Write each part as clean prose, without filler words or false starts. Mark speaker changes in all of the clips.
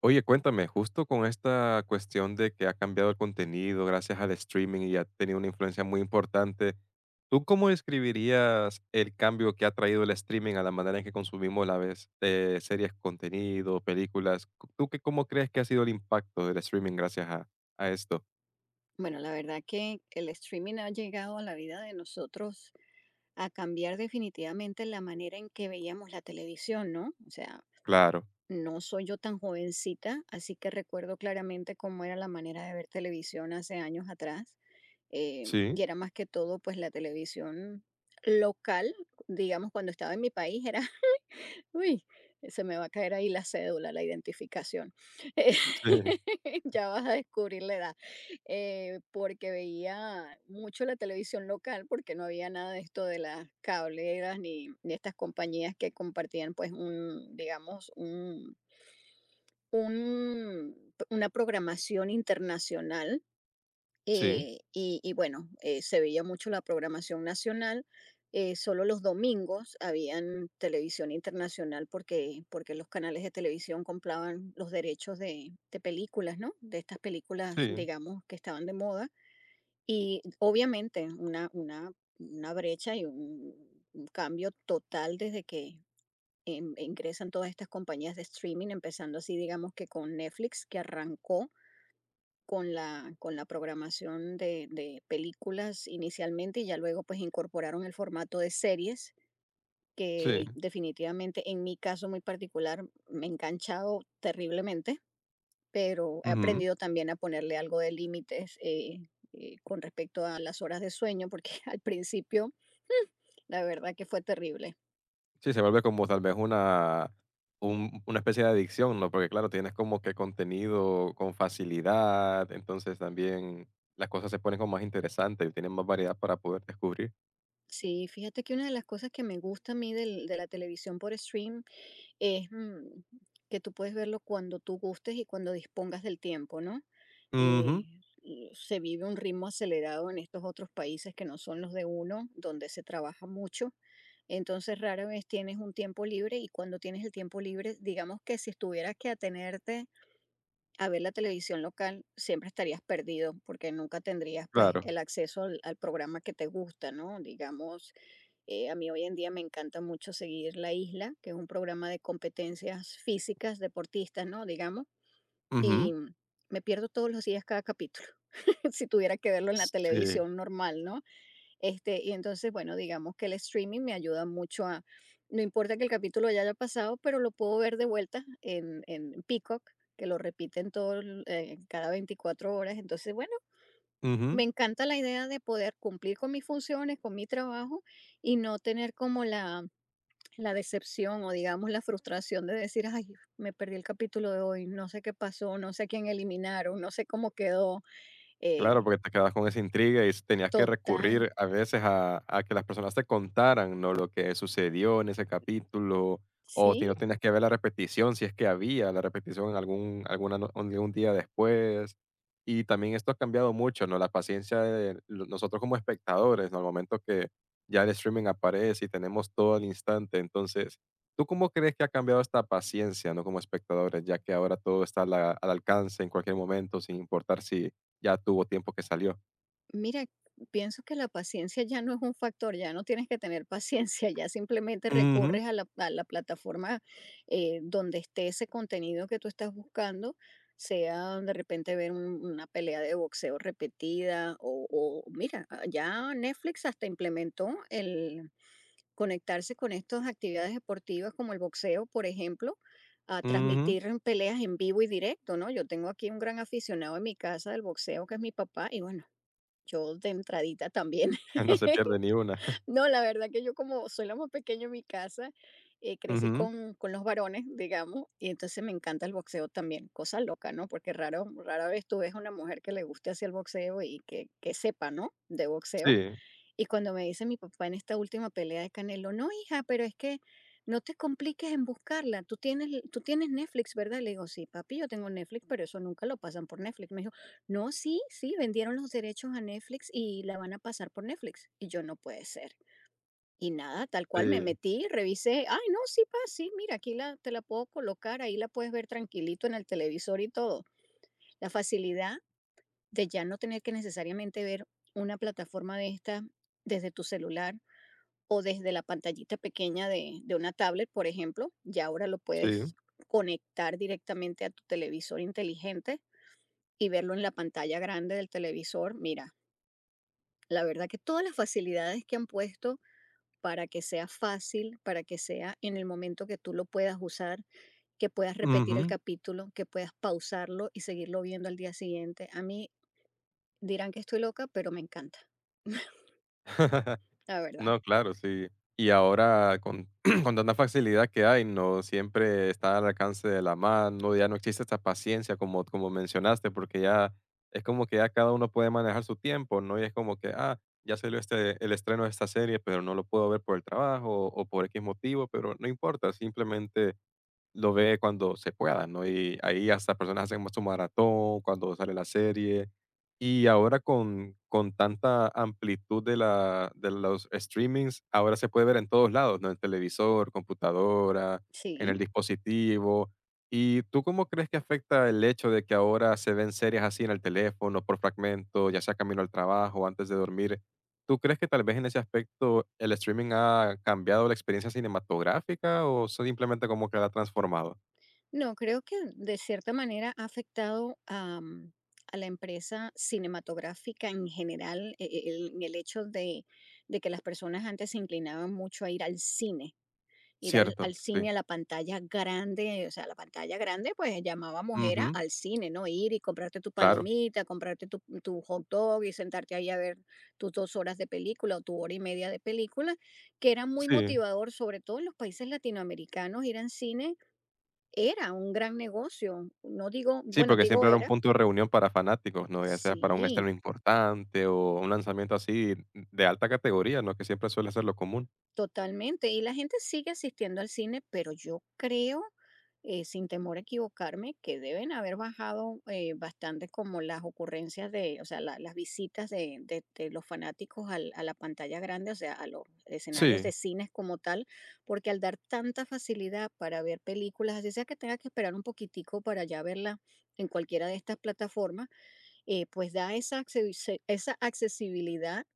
Speaker 1: Oye, cuéntame, justo con esta cuestión de que ha cambiado el contenido gracias al streaming y ha tenido una influencia muy importante, ¿tú cómo describirías el cambio que ha traído el streaming a la manera en que consumimos la vez series, contenido, películas? ¿Tú qué, cómo crees que ha sido el impacto del streaming gracias a esto?
Speaker 2: Bueno, la verdad que el streaming ha llegado a la vida de nosotros a cambiar definitivamente la manera en que veíamos la televisión, ¿no? O sea,
Speaker 1: Claro,
Speaker 2: no soy yo tan jovencita, así que recuerdo claramente cómo era la manera de ver televisión hace años atrás. eh,
Speaker 1: sí,
Speaker 2: y era más que todo, pues, la televisión local, digamos, cuando estaba en mi país, era, uy, se me va a caer ahí la cédula, la identificación. Eh,
Speaker 1: sí,
Speaker 2: ya vas a descubrir la edad, porque veía mucho la televisión local, porque no había nada de esto de las cableras ni, ni estas compañías que compartían, pues, digamos, una programación internacional.
Speaker 1: sí,
Speaker 2: Y bueno, se veía mucho la programación nacional. Solo los domingos habían televisión internacional porque, porque los canales de televisión compraban los derechos de películas, ¿no? De estas películas,
Speaker 1: sí,
Speaker 2: digamos, que estaban de moda, y obviamente una brecha y un cambio total desde que ingresan todas estas compañías de streaming, empezando así, digamos que con Netflix, que arrancó con la programación de películas inicialmente, y ya luego, pues, incorporaron el formato de series, que
Speaker 1: sí.
Speaker 2: definitivamente, en mi caso muy particular, me ha enganchado terriblemente, pero he aprendido también a ponerle algo de límites, con respecto a las horas de sueño, porque al principio la verdad que fue terrible.
Speaker 1: Sí, se vuelve como tal vez una, una especie de adicción, ¿no? Porque claro, tienes como que contenido con facilidad, entonces también las cosas se ponen como más interesantes y tienen más variedad para poder descubrir.
Speaker 2: Sí, fíjate que una de las cosas que me gusta a mí de la televisión por stream es que tú puedes verlo cuando tú gustes y cuando dispongas del tiempo, ¿no? Eh,
Speaker 1: Ujú,
Speaker 2: y se vive un ritmo acelerado en estos otros países que no son los de uno, donde se trabaja mucho. Entonces rara vez tienes un tiempo libre, y cuando tienes el tiempo libre, digamos que si estuvieras que atenerte a ver la televisión local, siempre estarías perdido porque nunca tendrías pues
Speaker 1: claro.
Speaker 2: el acceso al, al programa que te gusta, ¿no? Digamos, a mí hoy en día me encanta mucho seguir La Isla, que es un programa de competencias físicas, deportistas, ¿no? Digamos,
Speaker 1: Ujú,
Speaker 2: y me pierdo todos los días cada capítulo, si tuviera que verlo en la
Speaker 1: sí.
Speaker 2: televisión normal, ¿no? Este, y entonces, bueno, digamos que el streaming me ayuda mucho a, no importa que el capítulo ya haya pasado, pero lo puedo ver de vuelta en Peacock, que lo repiten todo, cada 24 horas. Entonces, bueno, me
Speaker 1: Ujú.
Speaker 2: encanta la idea de poder cumplir con mis funciones, con mi trabajo, y no tener como la decepción o digamos la frustración de decir, ay, me perdí el capítulo de hoy, no sé qué pasó, no sé a quién eliminaron, no sé cómo quedó. Eh,
Speaker 1: Claro, porque te quedabas con esa intriga y tenías que
Speaker 2: Total.
Speaker 1: recurrir a veces a que las personas te contaran, ¿no? Lo que sucedió en ese capítulo, o si no
Speaker 2: Sí,
Speaker 1: tenías que ver la repetición, si es que había la repetición en algún, alguna un día después. Y también esto ha cambiado mucho, ¿no? La paciencia de nosotros como espectadores, ¿no? Al momento que ya el streaming aparece y tenemos todo al instante. Entonces, ¿tú cómo crees que ha cambiado esta paciencia, ¿no? Como espectadores, ya que ahora todo está a al alcance en cualquier momento, sin importar si ya tuvo tiempo que salió.
Speaker 2: mira, pienso que la paciencia ya no es un factor, ya no tienes que tener paciencia, ya simplemente
Speaker 1: Ujú,
Speaker 2: recurres a la plataforma, donde esté ese contenido que tú estás buscando, sea de repente ver una pelea de boxeo repetida, o mira, ah, ya Netflix hasta implementó el conectarse con estas actividades deportivas como el boxeo, por ejemplo. A
Speaker 1: ujú.
Speaker 2: transmitir en peleas en vivo y directo, ¿no? Yo tengo aquí un gran aficionado en mi casa del boxeo, que es mi papá, y bueno, yo de entradita también.
Speaker 1: No se pierde ni una.
Speaker 2: No, la verdad que yo como soy la más pequeña en mi casa, crecí
Speaker 1: Ujú.
Speaker 2: con los varones, digamos, y entonces me encanta el boxeo también. Cosa loca, ¿no? Porque rara vez tú ves una mujer que le guste hacia el boxeo y que sepa, ¿no? De boxeo.
Speaker 1: Sí,
Speaker 2: Y cuando me dice mi papá en esta última pelea de Canelo, no, hija, pero es que no te compliques en buscarla. Tú tienes Netflix, ¿verdad? Le digo, sí, papi, yo tengo Netflix, pero eso nunca lo pasan por Netflix. Me dijo, no, sí, sí, vendieron los derechos a Netflix y la van a pasar por Netflix. Y yo, no puede ser. Y nada, tal cual me
Speaker 1: sí,
Speaker 2: metí, revisé, ay, no, sí, pa, sí, mira, aquí la, te la puedo colocar, ahí la puedes ver tranquilito en el televisor y todo. La facilidad de ya no tener que necesariamente ver una plataforma de esta desde tu celular o desde la pantallita pequeña de una tablet, por ejemplo, ya ahora lo
Speaker 1: sí.
Speaker 2: puedes conectar directamente a tu televisor inteligente y verlo en la pantalla grande del televisor. Mira, la verdad que todas las facilidades que han puesto para que sea fácil, para que sea en el momento que tú lo puedas usar, que puedas repetir el
Speaker 1: Ujú.
Speaker 2: capítulo, que puedas pausarlo y seguirlo viendo al día siguiente. A mí dirán que estoy loca, pero me encanta, la verdad.
Speaker 1: No, claro, sí. Y ahora con con tanta facilidad que hay, no siempre está al alcance de la mano, ya no existe esta paciencia como como mencionaste, porque ya es como que ya cada uno puede manejar su tiempo, ¿no? Y es como que, ah, ya salió este el estreno de esta serie, pero no lo puedo ver por el trabajo o por X motivo, pero no importa, simplemente lo ve cuando se pueda, ¿no? Y ahí hasta personas hacen más su maratón, cuando sale la serie. Y ahora con tanta amplitud de, la, de los streamings, ahora se puede ver en todos lados, ¿no? En televisor, computadora, en el
Speaker 2: Sí.
Speaker 1: dispositivo. ¿Y tú cómo crees que afecta el hecho de que ahora se ven series así en el teléfono, por fragmento, ya sea camino al trabajo, antes de dormir? ¿Tú crees que tal vez en ese aspecto el streaming ha cambiado la experiencia cinematográfica o simplemente como que la ha transformado?
Speaker 2: No, creo que de cierta manera ha afectado a, a la empresa cinematográfica en general, en el hecho de que las personas antes se inclinaban mucho a ir al cine, ir
Speaker 1: Cierto,
Speaker 2: al cine,
Speaker 1: sí.
Speaker 2: a la pantalla grande, o sea, la pantalla grande pues llamábamos era
Speaker 1: Ujú,
Speaker 2: al cine, ¿no? Ir y comprarte tu
Speaker 1: claro,
Speaker 2: palomita, comprarte tu, tu hot dog y sentarte ahí a ver tus 2 horas de película o tu hora y media de película, que era muy
Speaker 1: sí.
Speaker 2: motivador, sobre todo en los países latinoamericanos. Ir al cine era un gran negocio, no digo,
Speaker 1: Sí,
Speaker 2: bueno,
Speaker 1: porque
Speaker 2: digo
Speaker 1: siempre era un
Speaker 2: era,
Speaker 1: punto de reunión para fanáticos, ¿no? Ya sea para un estreno
Speaker 2: sí,
Speaker 1: importante o un lanzamiento así de alta categoría, ¿no? Que siempre suele ser lo común.
Speaker 2: totalmente. Y la gente sigue asistiendo al cine, pero yo creo, sin temor a equivocarme, que deben haber bajado, bastante como las ocurrencias de, o sea, las visitas de, de los fanáticos a la pantalla grande, o sea, a los escenarios
Speaker 1: Sí,
Speaker 2: de cines como tal, porque al dar tanta facilidad para ver películas, así sea que tenga que esperar un poquitico para ya verla en cualquiera de estas plataformas, pues da esa, esa accesibilidad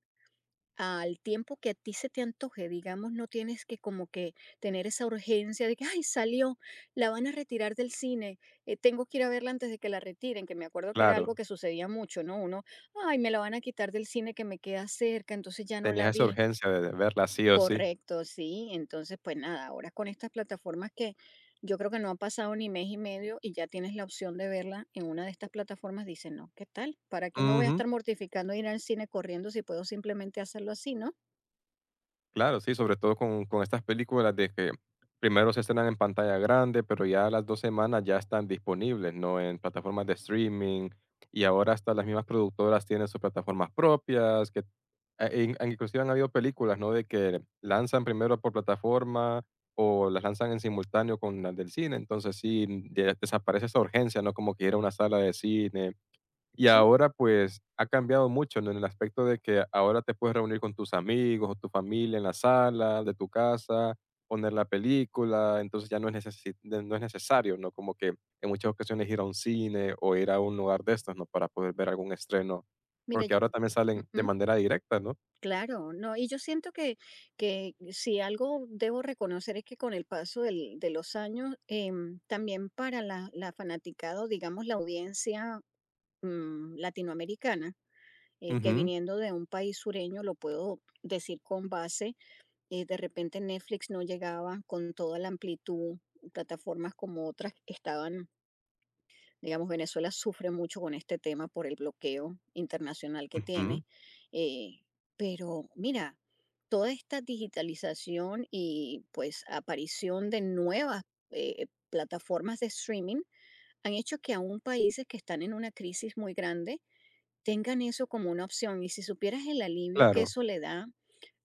Speaker 2: al tiempo que a ti se te antoje, digamos, no tienes que como que tener esa urgencia de que, ay, salió, la van a retirar del cine, tengo que ir a verla antes de que la retiren, que me acuerdo que era
Speaker 1: claro.
Speaker 2: algo que sucedía mucho, ¿no? Uno, ay, me la van a quitar del cine que me queda cerca, entonces ya no
Speaker 1: Tenías
Speaker 2: la
Speaker 1: esa
Speaker 2: vi.
Speaker 1: urgencia de verla sí o sí.
Speaker 2: Correcto, sí. Entonces, pues nada, ahora con estas plataformas, que yo creo que no ha pasado ni mes y medio y ya tienes la opción de verla en una de estas plataformas, dices, no, ¿qué tal? ¿Para qué me voy a
Speaker 1: Ujú.
Speaker 2: estar mortificando de ir al cine corriendo si puedo simplemente hacerlo así, ¿no?
Speaker 1: Claro, sí, sobre todo con estas películas de que primero se estrenan en pantalla grande, pero ya a las dos semanas ya están disponibles, ¿no? En plataformas de streaming y ahora hasta las mismas productoras tienen sus plataformas propias, que inclusive han habido películas, ¿no? De que lanzan primero por plataforma o las lanzan en simultáneo con las del cine, entonces sí, desaparece esa urgencia, ¿no? Como que ir a una sala de cine y
Speaker 2: Sí,
Speaker 1: ahora, pues, ha cambiado mucho, ¿no? En el aspecto de que ahora te puedes reunir con tus amigos o tu familia en la sala de tu casa, poner la película, entonces ya no es necesi de no es necesario, ¿no? Como que en muchas ocasiones ir a un cine o ir a un lugar de estos, ¿no? Para poder ver algún estreno,
Speaker 2: mira,
Speaker 1: porque ahora también salen de
Speaker 2: ujú,
Speaker 1: manera directa, ¿no?
Speaker 2: claro, no. Y yo siento que si algo debo reconocer es que con el paso de los años, también para la, la fanaticada o digamos la audiencia latinoamericana, que
Speaker 1: Ujú,
Speaker 2: viniendo de un país sureño, lo puedo decir con base, de repente Netflix no llegaba con toda la amplitud, plataformas como otras estaban, digamos, Venezuela sufre mucho con este tema por el bloqueo internacional que
Speaker 1: ujú,
Speaker 2: tiene, eh, pero mira, toda esta digitalización y pues aparición de nuevas plataformas de streaming han hecho que aún países que están en una crisis muy grande, tengan eso como una opción. Y si supieras el alivio que
Speaker 1: claro,
Speaker 2: eso le da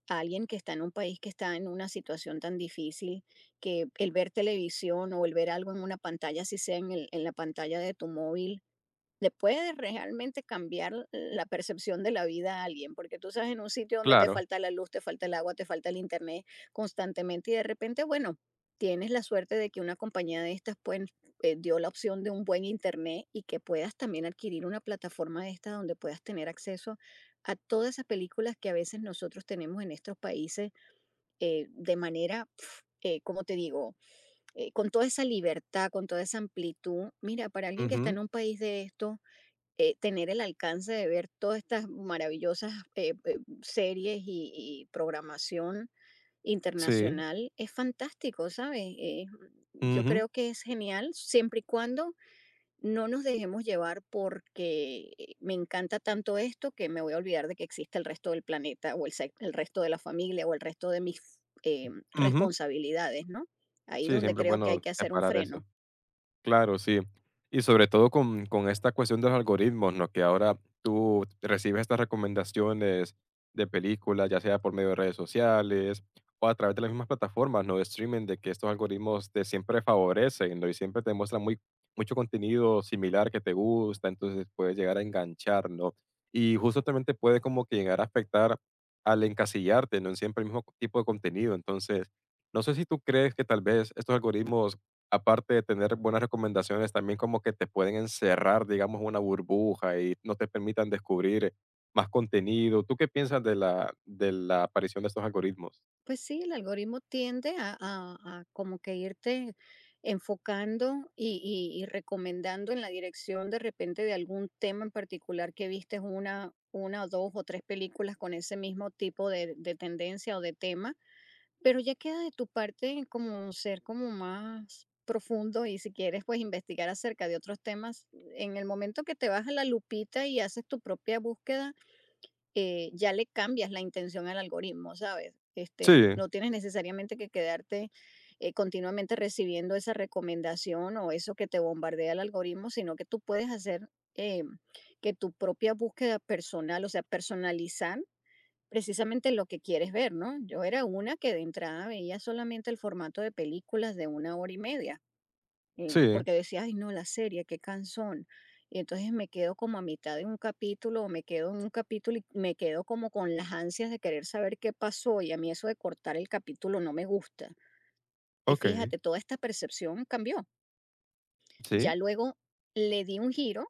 Speaker 2: a alguien que está en un país que está en una situación tan difícil, que el ver televisión o el ver algo en una pantalla, si sea en, en la pantalla de tu móvil, le puede realmente cambiar la percepción de la vida a alguien, porque tú estás en un sitio donde te
Speaker 1: claro,
Speaker 2: falta la luz, te falta el agua, te falta el internet constantemente, y de repente, bueno, tienes la suerte de que una compañía de estas pues, dio la opción de un buen internet y que puedas también adquirir una plataforma de esta donde puedas tener acceso a todas esas películas que a veces nosotros tenemos en estos países, de manera... como te digo, con toda esa libertad, con toda esa amplitud, mira, para alguien que está
Speaker 1: ujú,
Speaker 2: en un país de esto, tener el alcance de ver todas estas maravillosas series y programación
Speaker 1: sí,
Speaker 2: internacional es fantástico, ¿sabes? Yo
Speaker 1: ujú,
Speaker 2: creo que es genial siempre y cuando no nos dejemos llevar, porque me encanta tanto esto que me voy a olvidar de que existe el resto del planeta, o el resto de la familia o el resto de mis
Speaker 1: ujú.
Speaker 2: responsabilidades, ¿no? Ahí es
Speaker 1: Sí,
Speaker 2: donde
Speaker 1: siempre es
Speaker 2: creo que hay
Speaker 1: bueno
Speaker 2: que hacer un
Speaker 1: separar eso.
Speaker 2: freno.
Speaker 1: Claro, sí. Y sobre todo con esta cuestión de los algoritmos, ¿no? Que ahora tú recibes estas recomendaciones de películas, ya sea por medio de redes sociales o a través de las mismas plataformas, ¿no? De streaming, de que estos algoritmos te siempre favorecen, ¿no? Y siempre te muestran muy, mucho contenido similar que te gusta, entonces puedes llegar a enganchar, ¿no? Y justo también te puede como que llegar a afectar al encasillarte, ¿no? En siempre el mismo tipo de contenido. Entonces, no sé si tú crees que tal vez estos algoritmos aparte de tener buenas recomendaciones, también como que te pueden encerrar, digamos, una burbuja y no te permitan descubrir más contenido. ¿Tú qué piensas de la aparición de estos algoritmos?
Speaker 2: Pues sí, el algoritmo tiende a como que irte enfocando y recomendando en la dirección de repente de algún tema en particular que viste una o dos o tres películas con ese mismo tipo de tendencia o de tema, pero ya queda de tu parte como ser como más profundo, y si quieres pues investigar acerca de otros temas, en el momento que te vas a la lupita y haces tu propia búsqueda, ya le cambias la intención al algoritmo, ¿sabes? Este,
Speaker 1: Sí,
Speaker 2: no tienes necesariamente que quedarte, continuamente recibiendo esa recomendación o eso que te bombardea el algoritmo, sino que tú puedes hacer, eh, que tu propia búsqueda personal, o sea, personalizar precisamente lo que quieres ver, ¿no? Yo era una que de entrada veía solamente el formato de películas de una hora y media,
Speaker 1: sí,
Speaker 2: porque decía, ay, no, la serie, qué cansón. Y entonces me quedo como a mitad de un capítulo, o me quedo en un capítulo y me quedo como con las ansias de querer saber qué pasó. Y a mí eso de cortar el capítulo no me gusta. Y
Speaker 1: okey,
Speaker 2: fíjate, toda esta percepción cambió.
Speaker 1: sí,
Speaker 2: Ya luego le di un giro,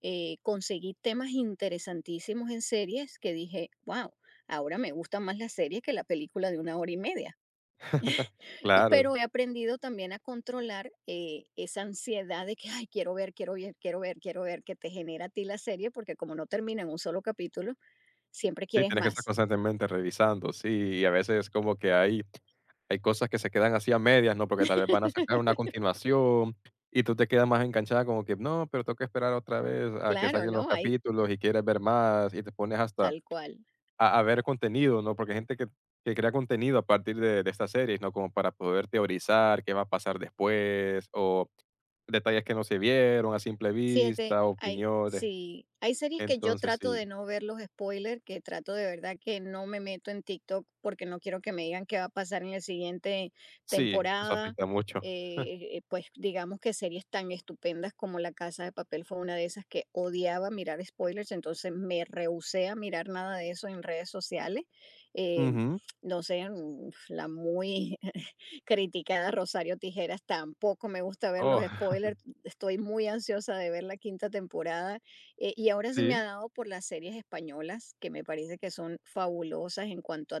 Speaker 2: conseguí temas interesantísimos en series que dije, wow, ahora me gusta más la serie que la película de una hora y media. Y
Speaker 1: claro.
Speaker 2: pero he aprendido también a controlar, esa ansiedad de que: "Ay, quiero ver, quiero ver, quiero ver, quiero ver", que te genera a ti la serie, porque como no termina en un solo capítulo, siempre
Speaker 1: Sí,
Speaker 2: quieres
Speaker 1: tienes que estar
Speaker 2: más.
Speaker 1: constantemente revisando, sí, y a veces como que hay hay cosas que se quedan así a medias, ¿no? Porque tal vez van a sacar una continuación y tú te quedas más enganchada como que: "No, pero tengo que esperar otra vez a que
Speaker 2: Claro,
Speaker 1: salgan los
Speaker 2: ¿no? Hay
Speaker 1: capítulos", y quieres ver más, y te pones hasta
Speaker 2: tal cual.
Speaker 1: a ver contenido, ¿no? Porque hay gente que crea contenido a partir de estas series, ¿no? Como para poder teorizar qué va a pasar después, o detalles que no se vieron a simple
Speaker 2: Fíjate,
Speaker 1: vista,
Speaker 2: hay
Speaker 1: opiniones.
Speaker 2: sí, hay series que yo
Speaker 1: Entonces
Speaker 2: trato
Speaker 1: sí,
Speaker 2: de no ver los spoilers, que trato de verdad que no me meto en TikTok porque no quiero que me digan qué va a pasar en la siguiente
Speaker 1: sí, eso
Speaker 2: temporada.
Speaker 1: afecta mucho.
Speaker 2: Pues digamos que series tan estupendas como La Casa de Papel fue una de esas que odiaba mirar spoilers, entonces me rehusé a mirar nada de eso en redes sociales. Eh,
Speaker 1: Ujú.
Speaker 2: no sé, la muy criticada Rosario Tijeras tampoco me gusta ver los
Speaker 1: Oh,
Speaker 2: spoilers. Estoy muy ansiosa de ver la quinta temporada. Y ahora se me
Speaker 1: sí,
Speaker 2: ha dado por las series españolas, que me parece que son fabulosas en cuanto a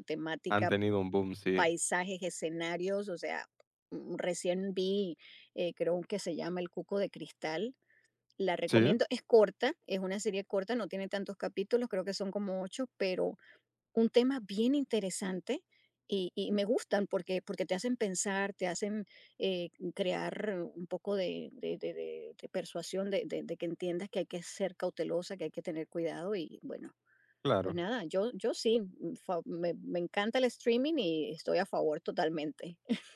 Speaker 1: han
Speaker 2: temática,
Speaker 1: tenido un boom, sí.
Speaker 2: paisajes, escenarios. O sea, recién vi, creo que se llama El Cuco de Cristal. La
Speaker 1: Sí,
Speaker 2: recomiendo, es corta, es una serie corta, no tiene tantos capítulos, creo que son como ocho, pero un tema bien interesante, y me gustan porque, porque te hacen pensar, te hacen, crear un poco de persuasión, de que entiendas que hay que ser cautelosa, que hay que tener cuidado y bueno, pues
Speaker 1: claro.
Speaker 2: nada, yo sí, me encanta el streaming y estoy a favor totalmente.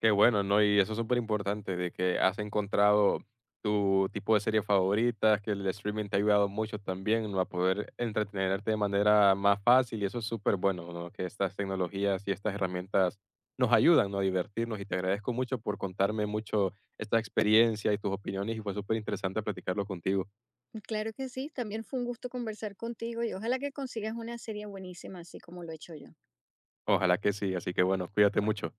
Speaker 1: Qué bueno, ¿no? Y eso es súper importante, de que has encontrado tu tipo de serie favorita, que el streaming te ha ayudado mucho también, ¿no? A poder entretenerte de manera más fácil y eso es súper bueno, ¿no? Que estas tecnologías y estas herramientas nos ayudan, ¿no? A divertirnos y te agradezco mucho por contarme mucho esta experiencia y tus opiniones y fue súper interesante platicarlo contigo.
Speaker 2: Claro que sí, también fue un gusto conversar contigo y ojalá que consigas una serie buenísima así como lo he hecho yo.
Speaker 1: Ojalá que sí, así que bueno, cuídate mucho.